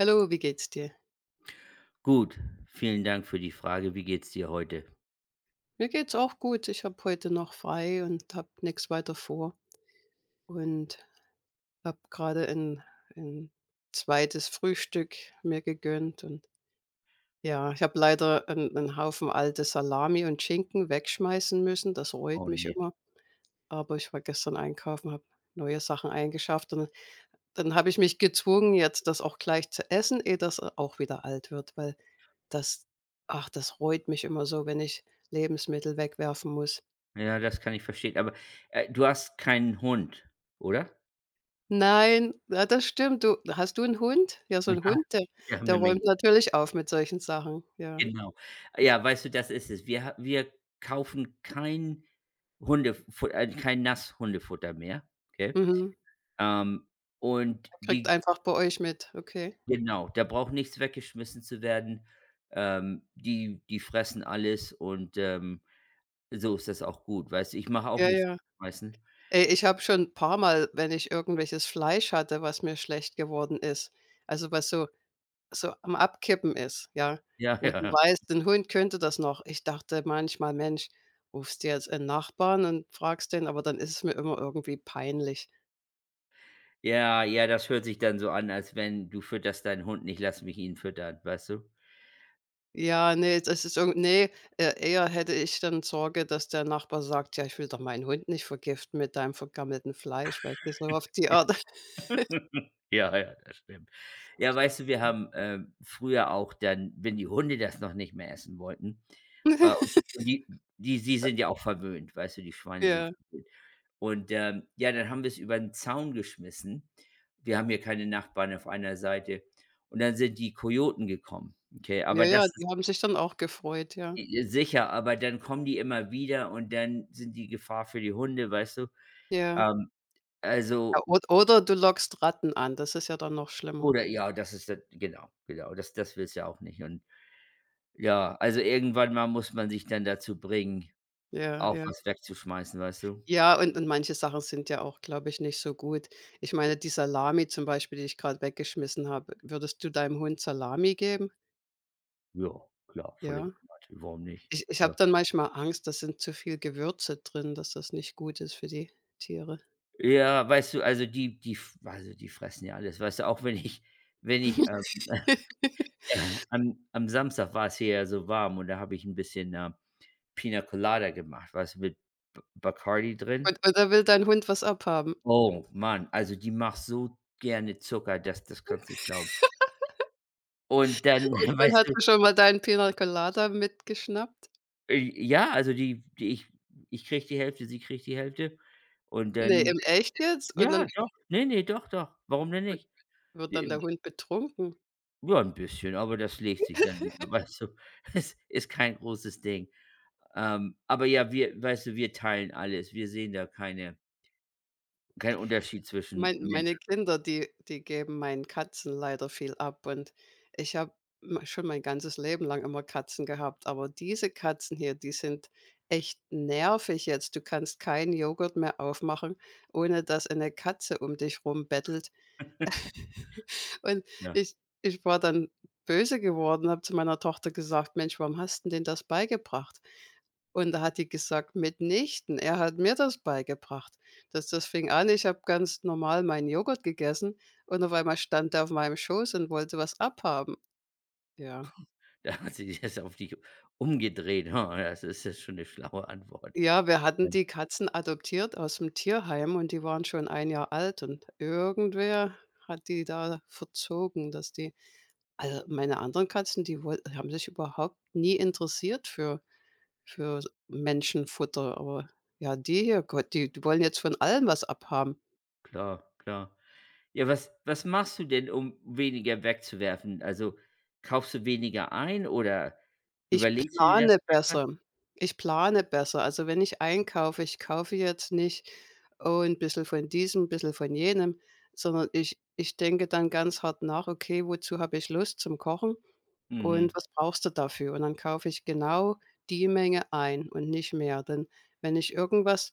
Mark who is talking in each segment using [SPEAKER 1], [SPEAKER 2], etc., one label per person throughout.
[SPEAKER 1] Hallo, wie geht's dir?
[SPEAKER 2] Gut, vielen Dank für die Frage. Wie geht's dir heute?
[SPEAKER 1] Mir geht's auch gut. Ich habe heute noch frei und habe nichts weiter vor und habe gerade ein 'n zweites Frühstück mir gegönnt und ja, ich habe leider einen 'n Haufen alte Salami und Schinken wegschmeißen müssen. Das reut
[SPEAKER 2] Oh
[SPEAKER 1] mich
[SPEAKER 2] nee.
[SPEAKER 1] immer, aber ich war gestern einkaufen, habe neue Sachen eingeschafft und dann habe ich mich gezwungen, jetzt das auch gleich zu essen, ehe das auch wieder alt wird, weil das ach, das reut mich immer so, wenn ich Lebensmittel wegwerfen muss.
[SPEAKER 2] Ja, das kann ich verstehen. Aber du hast keinen Hund, oder?
[SPEAKER 1] Nein, ja, das stimmt. Du hast du 'n Hund? Ja, so 'n
[SPEAKER 2] Ja,
[SPEAKER 1] Hund, der
[SPEAKER 2] wir haben
[SPEAKER 1] der
[SPEAKER 2] eine
[SPEAKER 1] räumt
[SPEAKER 2] Menge.
[SPEAKER 1] natürlich auf mit solchen Sachen, ja.
[SPEAKER 2] Genau. Ja, weißt du, das ist es. Wir kaufen kein Hundefut kein Nasshundefutter mehr, okay?
[SPEAKER 1] Mhm.
[SPEAKER 2] Ähm, und
[SPEAKER 1] Er kriegt
[SPEAKER 2] die
[SPEAKER 1] einfach bei euch mit, okay.
[SPEAKER 2] genau, da braucht nichts weggeschmissen zu werden. Die fressen alles und, so ist das auch gut, weißt du? Ich mache auch
[SPEAKER 1] Ja,
[SPEAKER 2] nichts
[SPEAKER 1] ja.
[SPEAKER 2] wegschmeißen.
[SPEAKER 1] Ey, ich habe schon paarmal, wenn ich irgendwelches Fleisch hatte, was mir schlecht geworden ist, also, was so am Abkippen ist, ja,
[SPEAKER 2] Ja,
[SPEAKER 1] wo du
[SPEAKER 2] ja.
[SPEAKER 1] weißt, 'n Hund könnte das noch. Ich dachte manchmal: „Mensch, rufst du jetzt 'n Nachbarn und fragst den?“ Aber dann ist es mir immer irgendwie peinlich.
[SPEAKER 2] Ja, ja, das hört sich dann so an, als wenn du fütterst deinen Hund nicht, lass mich ihn füttern, weißt du?
[SPEAKER 1] Ja, ne, das ist irgend ne, eher hätte ich dann Sorge, dass der Nachbar sagt: „Ja, ich will doch meinen Hund nicht vergiften mit deinem vergammelten Fleisch“, weißt du, so auf die Art.
[SPEAKER 2] Ja, ja, das stimmt. Ja, weißt du, wir haben, früher auch dann, wenn die Hunde das noch nicht mehr essen wollten, und die die sind ja auch verwöhnt, weißt du, die Schweine sind
[SPEAKER 1] Ja.
[SPEAKER 2] verwöhnt. Und, ja, dann haben wir es über den Zaun geschmissen. Wir haben hier keine Nachbarn auf einer Seite. Und dann sind die Kojoten gekommen, okay?
[SPEAKER 1] Ja,
[SPEAKER 2] Aber
[SPEAKER 1] ja,
[SPEAKER 2] das
[SPEAKER 1] die haben sich dann auch gefreut, ja.
[SPEAKER 2] I sicher, aber dann kommen die immer wieder und dann sind die Gefahr für die Hunde, weißt du?
[SPEAKER 1] Ja.
[SPEAKER 2] Ähm,
[SPEAKER 1] Ja,
[SPEAKER 2] also
[SPEAKER 1] od oder du lockst Ratten an, das ist ja dann noch schlimmer.
[SPEAKER 2] oder ja, das ist das genau, genau, das das willst du ja auch nicht und ja, also irgendwann mal muss man sich dann dazu bringen,
[SPEAKER 1] Ja,
[SPEAKER 2] auch
[SPEAKER 1] ja.
[SPEAKER 2] was wegzuschmeißen, weißt du?
[SPEAKER 1] Ja, und manche Sachen sind ja auch, glaube ich, nicht so gut. Ich meine, die Salami zum Beispiel, die ich gerade weggeschmissen habe, würdest du deinem Hund Salami geben?
[SPEAKER 2] Ja, klar, volle
[SPEAKER 1] Ja.
[SPEAKER 2] Granate, warum nicht?
[SPEAKER 1] Ich habe
[SPEAKER 2] Ja.
[SPEAKER 1] dann manchmal Angst, da sind zu viel Gewürze drin, dass das nicht gut ist für die Tiere.
[SPEAKER 2] Ja, weißt du, also die fressen ja alles, weißt du, auch wenn ich wenn ich, ja, am Samstag war es hier ja so warm und da habe ich ein bisschen, Pina Colada gemacht, weißt du, mit B Bacardi drin.
[SPEAKER 1] Und da will dein Hund was abhaben.
[SPEAKER 2] Oh Mann, also die macht so gerne Zucker, das das kannst nicht glauben. Und dann,
[SPEAKER 1] Und
[SPEAKER 2] weißt
[SPEAKER 1] hat
[SPEAKER 2] du,
[SPEAKER 1] sie schon mal deinen Pina Colada mitgeschnappt?
[SPEAKER 2] ja, also die die ich ich kriege die Hälfte, sie kriegt die Hälfte und
[SPEAKER 1] Ne,
[SPEAKER 2] dann
[SPEAKER 1] im echt jetzt? Und
[SPEAKER 2] ja,
[SPEAKER 1] dann
[SPEAKER 2] doch, ne, ne, doch, doch, warum denn
[SPEAKER 1] wird
[SPEAKER 2] nicht?
[SPEAKER 1] wird
[SPEAKER 2] J
[SPEAKER 1] dann der Hund betrunken?
[SPEAKER 2] ja, 'n bisschen, aber das legt sich dann wieder, weißt du? Es ist kein großes Ding. Aber ja, wir weißt du, wir teilen alles. Wir sehen da keine keinen Unterschied zwischen
[SPEAKER 1] Meine
[SPEAKER 2] Menschen.
[SPEAKER 1] Kinder, die geben meinen Katzen leider viel ab und ich habe schon mein ganzes Leben lang immer Katzen gehabt, aber diese Katzen hier, die sind echt nervig jetzt. Du kannst keinen Joghurt mehr aufmachen, ohne dass eine Katze um dich rumbettelt. Und
[SPEAKER 2] Ja.
[SPEAKER 1] ich ich war dann böse geworden, habe zu meiner Tochter gesagt: „Mensch, warum hast 'n denen das beigebracht?“ und da hat die gesagt: „Mitnichten, er hat mir das beigebracht.“ Das fing an, ich habe ganz normal meinen Joghurt gegessen und auf einmal stand der auf meinem Schoß und wollte was abhaben. Ja.
[SPEAKER 2] Da hat sie das auf dich umgedreht. Ha, das ist ja schon eine schlaue Antwort.
[SPEAKER 1] Ja, wir hatten
[SPEAKER 2] Ja.
[SPEAKER 1] die Katzen adoptiert aus dem Tierheim und die waren schon ein Jahr alt und irgendwer hat die da verzogen, meine anderen Katzen, die woll haben sich überhaupt nie interessiert für Menschenfutter, aber ja, die hier, Gott, die wollen jetzt von allem was abhaben.
[SPEAKER 2] Klar, klar. Ja, was was machst du denn, um weniger wegzuwerfen? Also, kaufst du weniger ein oder
[SPEAKER 1] Ich
[SPEAKER 2] überlegst du dir
[SPEAKER 1] plane
[SPEAKER 2] das mehrmals?
[SPEAKER 1] besser. Ich plane besser. Also, wenn ich einkaufe, ich kaufe jetzt nicht: „Oh, 'n bisschen von diesem, ein bisschen von jenem“, sondern ich denke dann ganz hart nach: „Okay, wozu habe ich Lust zum Kochen und
[SPEAKER 2] Mhm,
[SPEAKER 1] was brauchst du dafür?“ Und dann kaufe ich genau die Menge ein und nicht mehr. Denn wenn ich irgendwas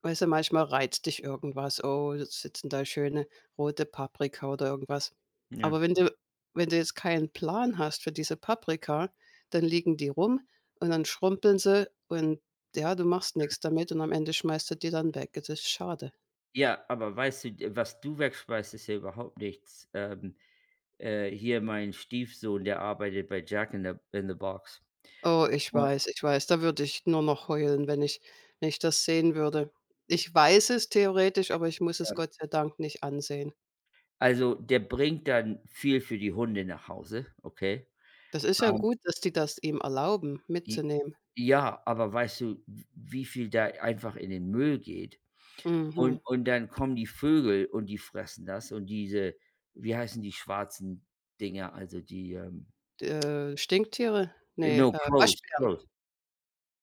[SPEAKER 1] Weißt du, manchmal reizt dich irgendwas: „Oh, jetzt sitzen da schöne rote Paprika oder irgendwas.“
[SPEAKER 2] ja.
[SPEAKER 1] Aber wenn du jetzt keinen Plan hast für diese Paprika, dann liegen die rum und dann schrumpeln sie und ja, du machst nichts damit und am Ende schmeißt du die dann weg. Das ist schade.
[SPEAKER 2] Ja, aber weißt du, d was du wegschmeißt, ist ja überhaupt nichts. Hier mein Stiefsohn, der arbeitet bei Jack in the Box.
[SPEAKER 1] Oh,
[SPEAKER 2] Und,
[SPEAKER 1] ich weiß, da würde ich nur noch heulen, wenn ich das sehen würde. Ich weiß es theoretisch, aber ich muss es
[SPEAKER 2] ja.
[SPEAKER 1] Gott sei Dank nicht ansehen.
[SPEAKER 2] Also, der bringt dann viel für die Hunde nach Hause, okay?
[SPEAKER 1] Das ist ja
[SPEAKER 2] Ähm
[SPEAKER 1] gut, dass die das ihm erlauben, mitzunehmen.
[SPEAKER 2] Ja, aber weißt du, w wie viel da einfach in den Müll geht?
[SPEAKER 1] Mhm.
[SPEAKER 2] Und dann kommen die Vögel und die fressen das und diese wie heißen die schwarzen Dinger, also die,
[SPEAKER 1] Stinktiere? Ne,
[SPEAKER 2] no, Crows,
[SPEAKER 1] Waschbären.
[SPEAKER 2] Crows.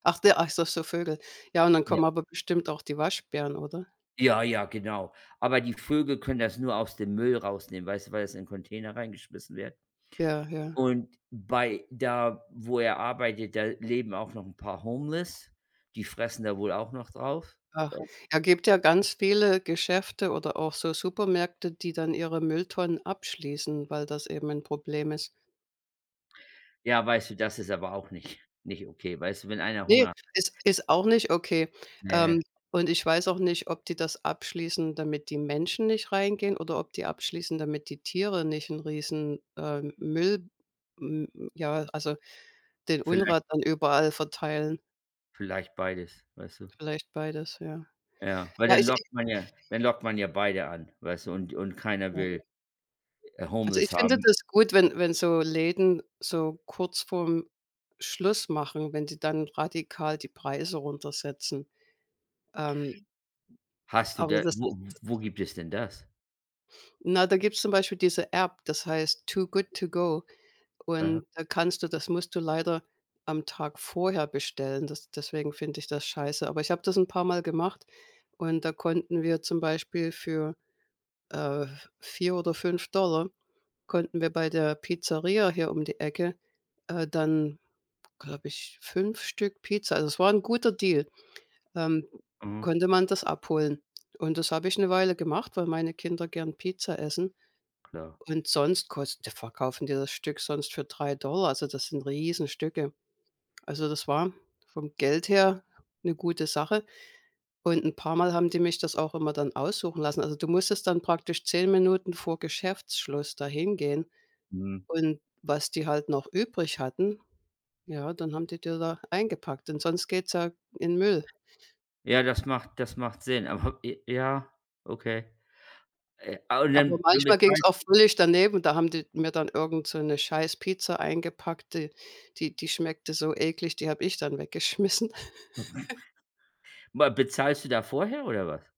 [SPEAKER 1] Ach so, Vögel. Ja, und dann
[SPEAKER 2] Ja.
[SPEAKER 1] kommen aber bestimmt auch die Waschbären, oder?
[SPEAKER 2] Ja, ja, genau. Aber die Vögel können das nur aus dem Müll rausnehmen, weißt du, weil das in Container reingeschmissen wird.
[SPEAKER 1] Ja, ja.
[SPEAKER 2] Und bei da, wo er arbeitet, da leben auch noch ein paar Homeless. Die fressen da wohl auch noch drauf.
[SPEAKER 1] Ach, ja, gibt ja ganz viele Geschäfte oder auch so Supermärkte, die dann ihre Mülltonnen abschließen, weil das eben 'n Problem ist.
[SPEAKER 2] Ja, weißt du, das ist aber auch nicht nicht okay. Weißt du, wenn einer
[SPEAKER 1] Ne,
[SPEAKER 2] Hunger
[SPEAKER 1] ist auch nicht okay.
[SPEAKER 2] Ne,
[SPEAKER 1] Ähm, und ich weiß auch nicht, ob die das abschließen, damit die Menschen nicht reingehen oder ob die abschließen, damit die Tiere nicht 'n riesen, Müll m ja, also den Unrat
[SPEAKER 2] vielleicht
[SPEAKER 1] dann überall verteilen.
[SPEAKER 2] vielleicht beides, weißt du?
[SPEAKER 1] Vielleicht beides, ja.
[SPEAKER 2] Ja, weil
[SPEAKER 1] Ja,
[SPEAKER 2] dann
[SPEAKER 1] ich
[SPEAKER 2] lockt man ja dann lockt man ja beide an, weißt du? Und keiner
[SPEAKER 1] ja.
[SPEAKER 2] will,
[SPEAKER 1] Also,
[SPEAKER 2] Homeless
[SPEAKER 1] ich finde
[SPEAKER 2] haben.
[SPEAKER 1] das gut, wenn so Läden so kurz vorm Schluss machen, wenn die dann radikal die Preise runtersetzen. Ähm,
[SPEAKER 2] Hast du
[SPEAKER 1] aber
[SPEAKER 2] da
[SPEAKER 1] das
[SPEAKER 2] wo wo gibt es denn das?
[SPEAKER 1] Na, da gibt's zum Beispiel diese App, das heißt Too Good To Go
[SPEAKER 2] Ja,
[SPEAKER 1] und da kannst du das musst du leider am Tag vorher bestellen. Das Deswegen finde ich das scheiße. Aber ich habe das ein paar Mal gemacht und da konnten wir zum Beispiel für, äh, 4 oder 5 Dollar Konnten wir bei der Pizzeria hier um die Ecke, dann, glaube ich, 5 Stück Pizza also, es war ein guter Deal, ähm,
[SPEAKER 2] mhm,
[SPEAKER 1] konnte man das abholen. Und das habe ich eine Weile gemacht, weil meine Kinder gern Pizza essen.
[SPEAKER 2] klar.
[SPEAKER 1] Und sonst kost verkaufen die das Stück sonst für 3 Dollar also, das sind Riesenstücke. Also, das war vom Geld her eine gute Sache. Und ein paar Mal haben die mich das auch immer dann aussuchen lassen. Also, du musstest dann praktisch 10 Minuten vor Geschäftsschluss dahin gehen
[SPEAKER 2] Mhm.
[SPEAKER 1] und was die halt noch übrig hatten, ja, dann haben die die da eingepackt und sonst geht's ja in Müll.
[SPEAKER 2] Ja, das macht Sinn, aber j ja, okay. Und
[SPEAKER 1] Aber
[SPEAKER 2] dann dann
[SPEAKER 1] manchmal ging's
[SPEAKER 2] bezahlst
[SPEAKER 1] auch völlig daneben, da haben die mir dann irgend so 'ne Scheißpizza eingepackt, die schmeckte so eklig, die habe ich dann weggeschmissen.
[SPEAKER 2] ma bezahlst du da vorher oder was?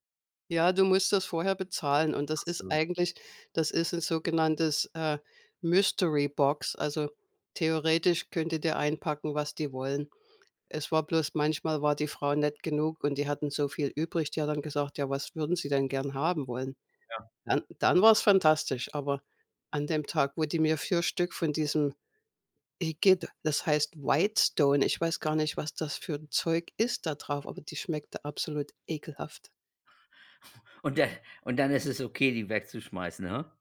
[SPEAKER 1] Ja, du musst das vorher bezahlen und das
[SPEAKER 2] Ach
[SPEAKER 1] ist
[SPEAKER 2] so.
[SPEAKER 1] eigentlich das ist 'n sogenanntes, Mystery Box, also theoretisch können die dir einpacken, was die wollen. Es war bloß manchmal war die Frau nett genug und die hatten so viel übrig, die hat dann gesagt: „Ja, was würden Sie denn gern haben wollen?“ Dann war's fantastisch, aber an dem Tag, wo die mir 4 Stück von diesem Igitt das heißt Whitestone, ich weiß gar nicht, was das für 'n Zeug ist da drauf, aber die schmeckte absolut ekelhaft.
[SPEAKER 2] Und dann und dann ist es okay, die wegzuschmeißen, ha?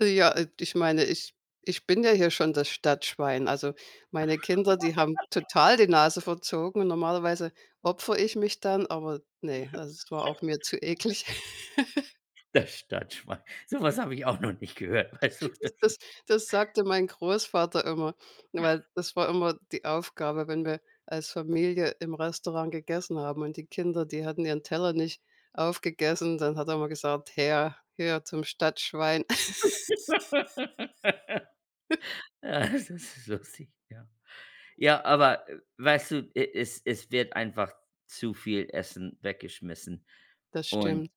[SPEAKER 1] Ja, ich meine, ich bin ja hier schon das Stadtschwein. Also, meine Kinder, die haben total die Nase verzogen und normalerweise opfere ich mich dann, aber ne, also, es war auch mir zu eklig.
[SPEAKER 2] Das Stadtschwein. So was habe ich auch noch nicht gehört, weißt du?
[SPEAKER 1] Das
[SPEAKER 2] Das
[SPEAKER 1] das das sagte mein Großvater immer, weil das war immer die Aufgabe, wenn wir als Familie im Restaurant gegessen haben und die Kinder, die hatten ihren Teller nicht aufgegessen, dann hat er immer gesagt: „Her, her zum Stadtschwein.“
[SPEAKER 2] ja, das ist lustig, ja. Ja, aber, weißt du, e es es wird einfach zu viel Essen weggeschmissen
[SPEAKER 1] Das
[SPEAKER 2] und,
[SPEAKER 1] stimmt.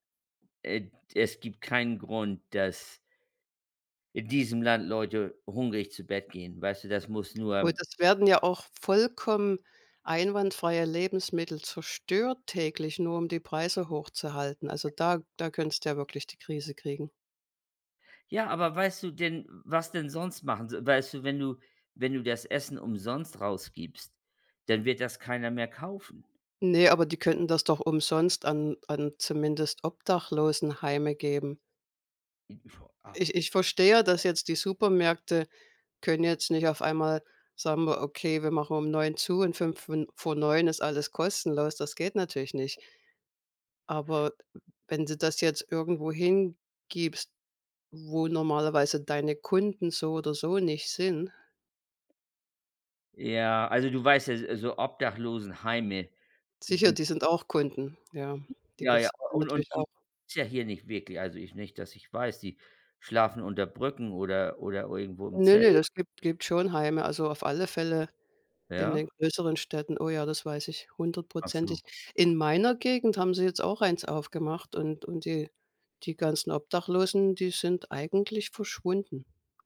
[SPEAKER 2] es gibt keinen Grund, dass in diesem Land Leute hungrig zu Bett gehen, weißt du? Das muss
[SPEAKER 1] Und
[SPEAKER 2] nur
[SPEAKER 1] das werden ja auch vollkommen einwandfreie Lebensmittel zerstört täglich, nur um die Preise hochzuhalten. Also, da könntest du ja wirklich die Krise kriegen.
[SPEAKER 2] ja, aber weißt du denn was denn sonst machen? So weißt du, wenn du das Essen umsonst rausgibst, dann wird das keiner mehr kaufen.
[SPEAKER 1] Ne, aber die könnten das doch umsonst an zumindest Obdachlosenheime geben.
[SPEAKER 2] Ich- Au.
[SPEAKER 1] Ich verstehe, dass jetzt die Supermärkte können jetzt nicht auf einmal sagen wir: „Okay, wir machen um 9 zu und 5 Minuten min vor 9 ist alles kostenlos.“ Das geht natürlich nicht. Aber wenn du das jetzt irgendwo hingibst, wo normalerweise deine Kunden so oder so nicht sind
[SPEAKER 2] Ja, also, du weißt ja, so so Obdachlosenheime
[SPEAKER 1] sicher, die sind auch Kunden, ja. Die
[SPEAKER 2] ja, ja,
[SPEAKER 1] bezahlen natürlich
[SPEAKER 2] und
[SPEAKER 1] auch.
[SPEAKER 2] die ist ja hier nicht wirklich also, ich nicht, dass ich weiß, die schlafen unter Brücken oder irgendwo im
[SPEAKER 1] Ne,
[SPEAKER 2] Zelt.
[SPEAKER 1] ne, das gibt schon Heime. Also, auf alle Fälle in den
[SPEAKER 2] Ja?
[SPEAKER 1] größeren Städten, oh ja, das weiß ich
[SPEAKER 2] Ach
[SPEAKER 1] hundertprozentig.
[SPEAKER 2] so,
[SPEAKER 1] In meiner Gegend haben sie jetzt auch eins aufgemacht und die ganzen Obdachlosen, die sind eigentlich verschwunden.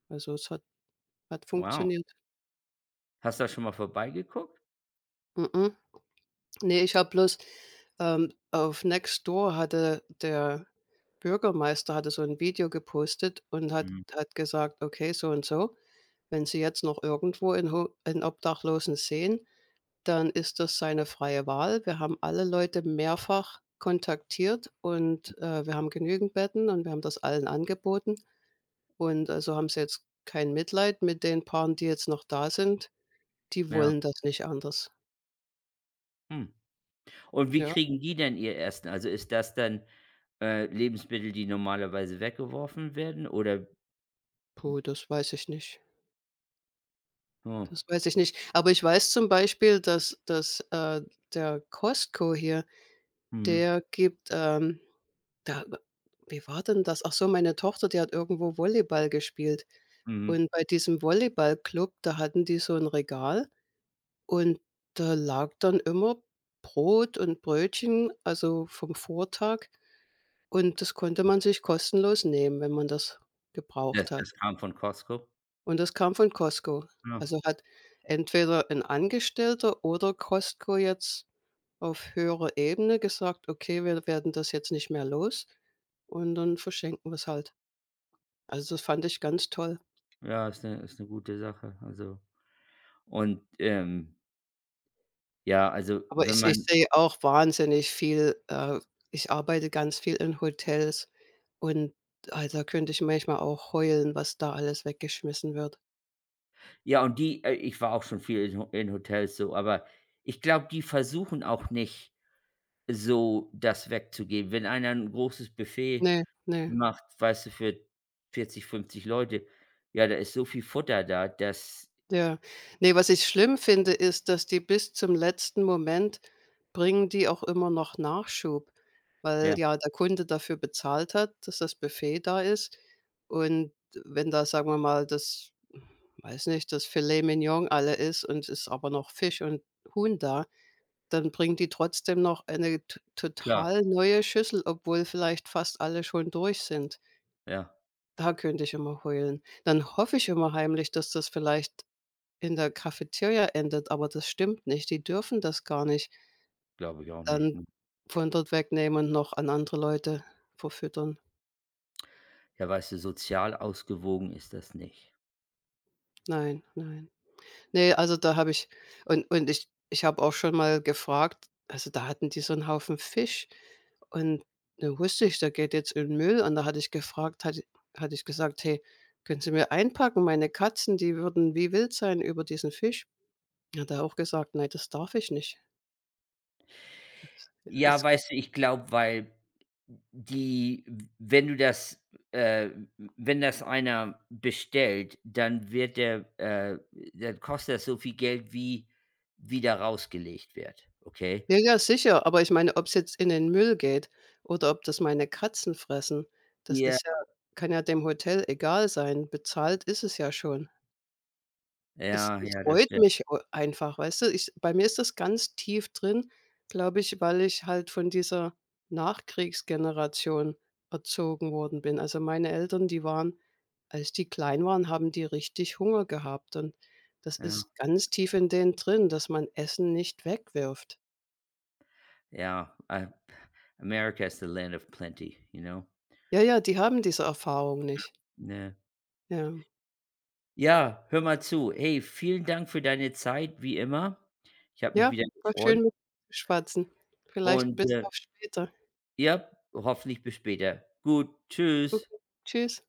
[SPEAKER 1] Also, es hat
[SPEAKER 2] wow.
[SPEAKER 1] funktioniert.
[SPEAKER 2] Hast du da schon mal vorbeigeguckt?
[SPEAKER 1] Mhm. Ne, ich habe bloß auf Nextdoor hatte der Bürgermeister hatte so ein Video gepostet und hat
[SPEAKER 2] Mhm,
[SPEAKER 1] hat gesagt: „Okay, so und so, wenn Sie jetzt noch irgendwo 'n Obdachlosen sehen, dann ist das seine freie Wahl. Wir haben alle Leute mehrfach kontaktiert und, wir haben genügend Betten und wir haben das allen angeboten. Und, also haben sie jetzt kein Mitleid mit den Paaren, die jetzt noch da sind. Die
[SPEAKER 2] ja,
[SPEAKER 1] wollen das nicht anders.
[SPEAKER 2] hm. Und wie
[SPEAKER 1] Ja,
[SPEAKER 2] kriegen die denn ihr Essen? Also, ist das dann, Lebensmittel, die normalerweise weggeworfen werden oder
[SPEAKER 1] puh, das weiß ich nicht.
[SPEAKER 2] oh,
[SPEAKER 1] Das weiß ich nicht. Aber ich weiß zum Beispiel, dass, der Costco hier,
[SPEAKER 2] mhm,
[SPEAKER 1] der gibt, da wie war denn das? Ach so, meine Tochter, die hat irgendwo Volleyball gespielt
[SPEAKER 2] mhm.
[SPEAKER 1] und bei diesem Volleyballclub, da hatten die so ein Regal und da lag dann immer Brot und Brötchen, also vom Vortag und das konnte man sich kostenlos nehmen, wenn man das
[SPEAKER 2] Das
[SPEAKER 1] gebraucht hat.
[SPEAKER 2] das kam von Costco?
[SPEAKER 1] Und das kam von Costco.
[SPEAKER 2] Ja.
[SPEAKER 1] Also hat entweder ein Angestellter oder Costco jetzt auf höherer Ebene gesagt: „Okay, wir werden das jetzt nicht mehr los und dann verschenken wir es halt.“ Also, das fand ich ganz toll.
[SPEAKER 2] Ja, ist eine ist 'ne gute Sache, also und, ja, also,
[SPEAKER 1] Aber
[SPEAKER 2] wenn
[SPEAKER 1] ich
[SPEAKER 2] man
[SPEAKER 1] sehe auch wahnsinnig viel ich arbeite ganz viel in Hotels und, da könnte ich manchmal auch heulen, was da alles weggeschmissen wird.
[SPEAKER 2] ja, und die ich war auch schon viel in Ho in Hotels so, aber ich glaube, die versuchen auch nicht so das wegzugeben. Wenn einer ein großes Buffet
[SPEAKER 1] Ne, ne,
[SPEAKER 2] macht, weißt du, für 40 50 Leute, ja, da ist so viel Futter da, dass
[SPEAKER 1] ja. Ne, was ich schlimm finde, ist, dass die bis zum letzten Moment bringen die auch immer noch Nachschub,
[SPEAKER 2] ja,
[SPEAKER 1] weil ja der Kunde dafür bezahlt hat, dass das Buffet da ist. Und wenn da, sagen wir mal, das weiß nicht, das Filet Mignon alle ist und es ist aber noch Fisch und Huhn da. Dann bringt die trotzdem noch eine t
[SPEAKER 2] klar,
[SPEAKER 1] total neue Schüssel, obwohl vielleicht fast alle schon durch sind.
[SPEAKER 2] ja,
[SPEAKER 1] Da könnte ich immer heulen. Dann hoffe ich immer heimlich, dass das vielleicht in der Cafeteria endet, aber das stimmt nicht. Die dürfen das gar nicht
[SPEAKER 2] glaube ich auch
[SPEAKER 1] dann
[SPEAKER 2] nicht, ne?
[SPEAKER 1] von dort wegnehmen und noch an andere Leute verfüttern.
[SPEAKER 2] Ja, weißt du, sozial ausgewogen ist das nicht.
[SPEAKER 1] Nein, nein. Ne, also da habe ich und ich habe auch schon mal gefragt also da hatten die so einen Haufen Fisch und da wusste ich, der geht jetzt in den Müll und da hatte ich gefragt hatte ich gesagt: „Hey, können Sie mir einpacken? Meine Katzen, die würden wie wild sein über diesen Fisch.“ Hat er auch gesagt: „Nein, das darf ich nicht.“
[SPEAKER 2] Ja,
[SPEAKER 1] Ist
[SPEAKER 2] weißt du, ich glaube, weil die wenn du das äh, wenn das einer bestellt, dann wird der dann kostet das so viel Geld, wie wie da rausgelegt wird, okay?
[SPEAKER 1] ja, ja, sicher, aber ich meine, ob es jetzt in den Müll geht oder ob das meine Katzen fressen, das
[SPEAKER 2] Ja,
[SPEAKER 1] ist ja kann ja dem Hotel egal sein. Bezahlt ist es ja schon. Es
[SPEAKER 2] ja,
[SPEAKER 1] es
[SPEAKER 2] ja, das
[SPEAKER 1] reut
[SPEAKER 2] stimmt.
[SPEAKER 1] mich eu einfach, weißt du? Ich Bei mir ist das ganz tief drin, glaube ich, weil ich halt von dieser Nachkriegsgeneration erzogen worden bin. Also, meine Eltern, die waren als die klein waren, haben die richtig Hunger gehabt und das
[SPEAKER 2] Ja,
[SPEAKER 1] ist ganz tief in denen drin, dass man Essen nicht wegwirft.
[SPEAKER 2] ja, America is the land of plenty, you know?
[SPEAKER 1] Ja, ja, die haben diese Erfahrung nicht.
[SPEAKER 2] Ne.
[SPEAKER 1] Ja.
[SPEAKER 2] Ja, hör mal zu. Hey, vielen Dank für deine Zeit, wie immer. Ich habe mich
[SPEAKER 1] Ja,
[SPEAKER 2] wieder
[SPEAKER 1] war
[SPEAKER 2] gefreut
[SPEAKER 1] schön mit dir zu schwatzen. Vielleicht
[SPEAKER 2] und,
[SPEAKER 1] bis auf später.
[SPEAKER 2] ja, hoffentlich bis später. Gut, tschüss.
[SPEAKER 1] Okay, tschüss.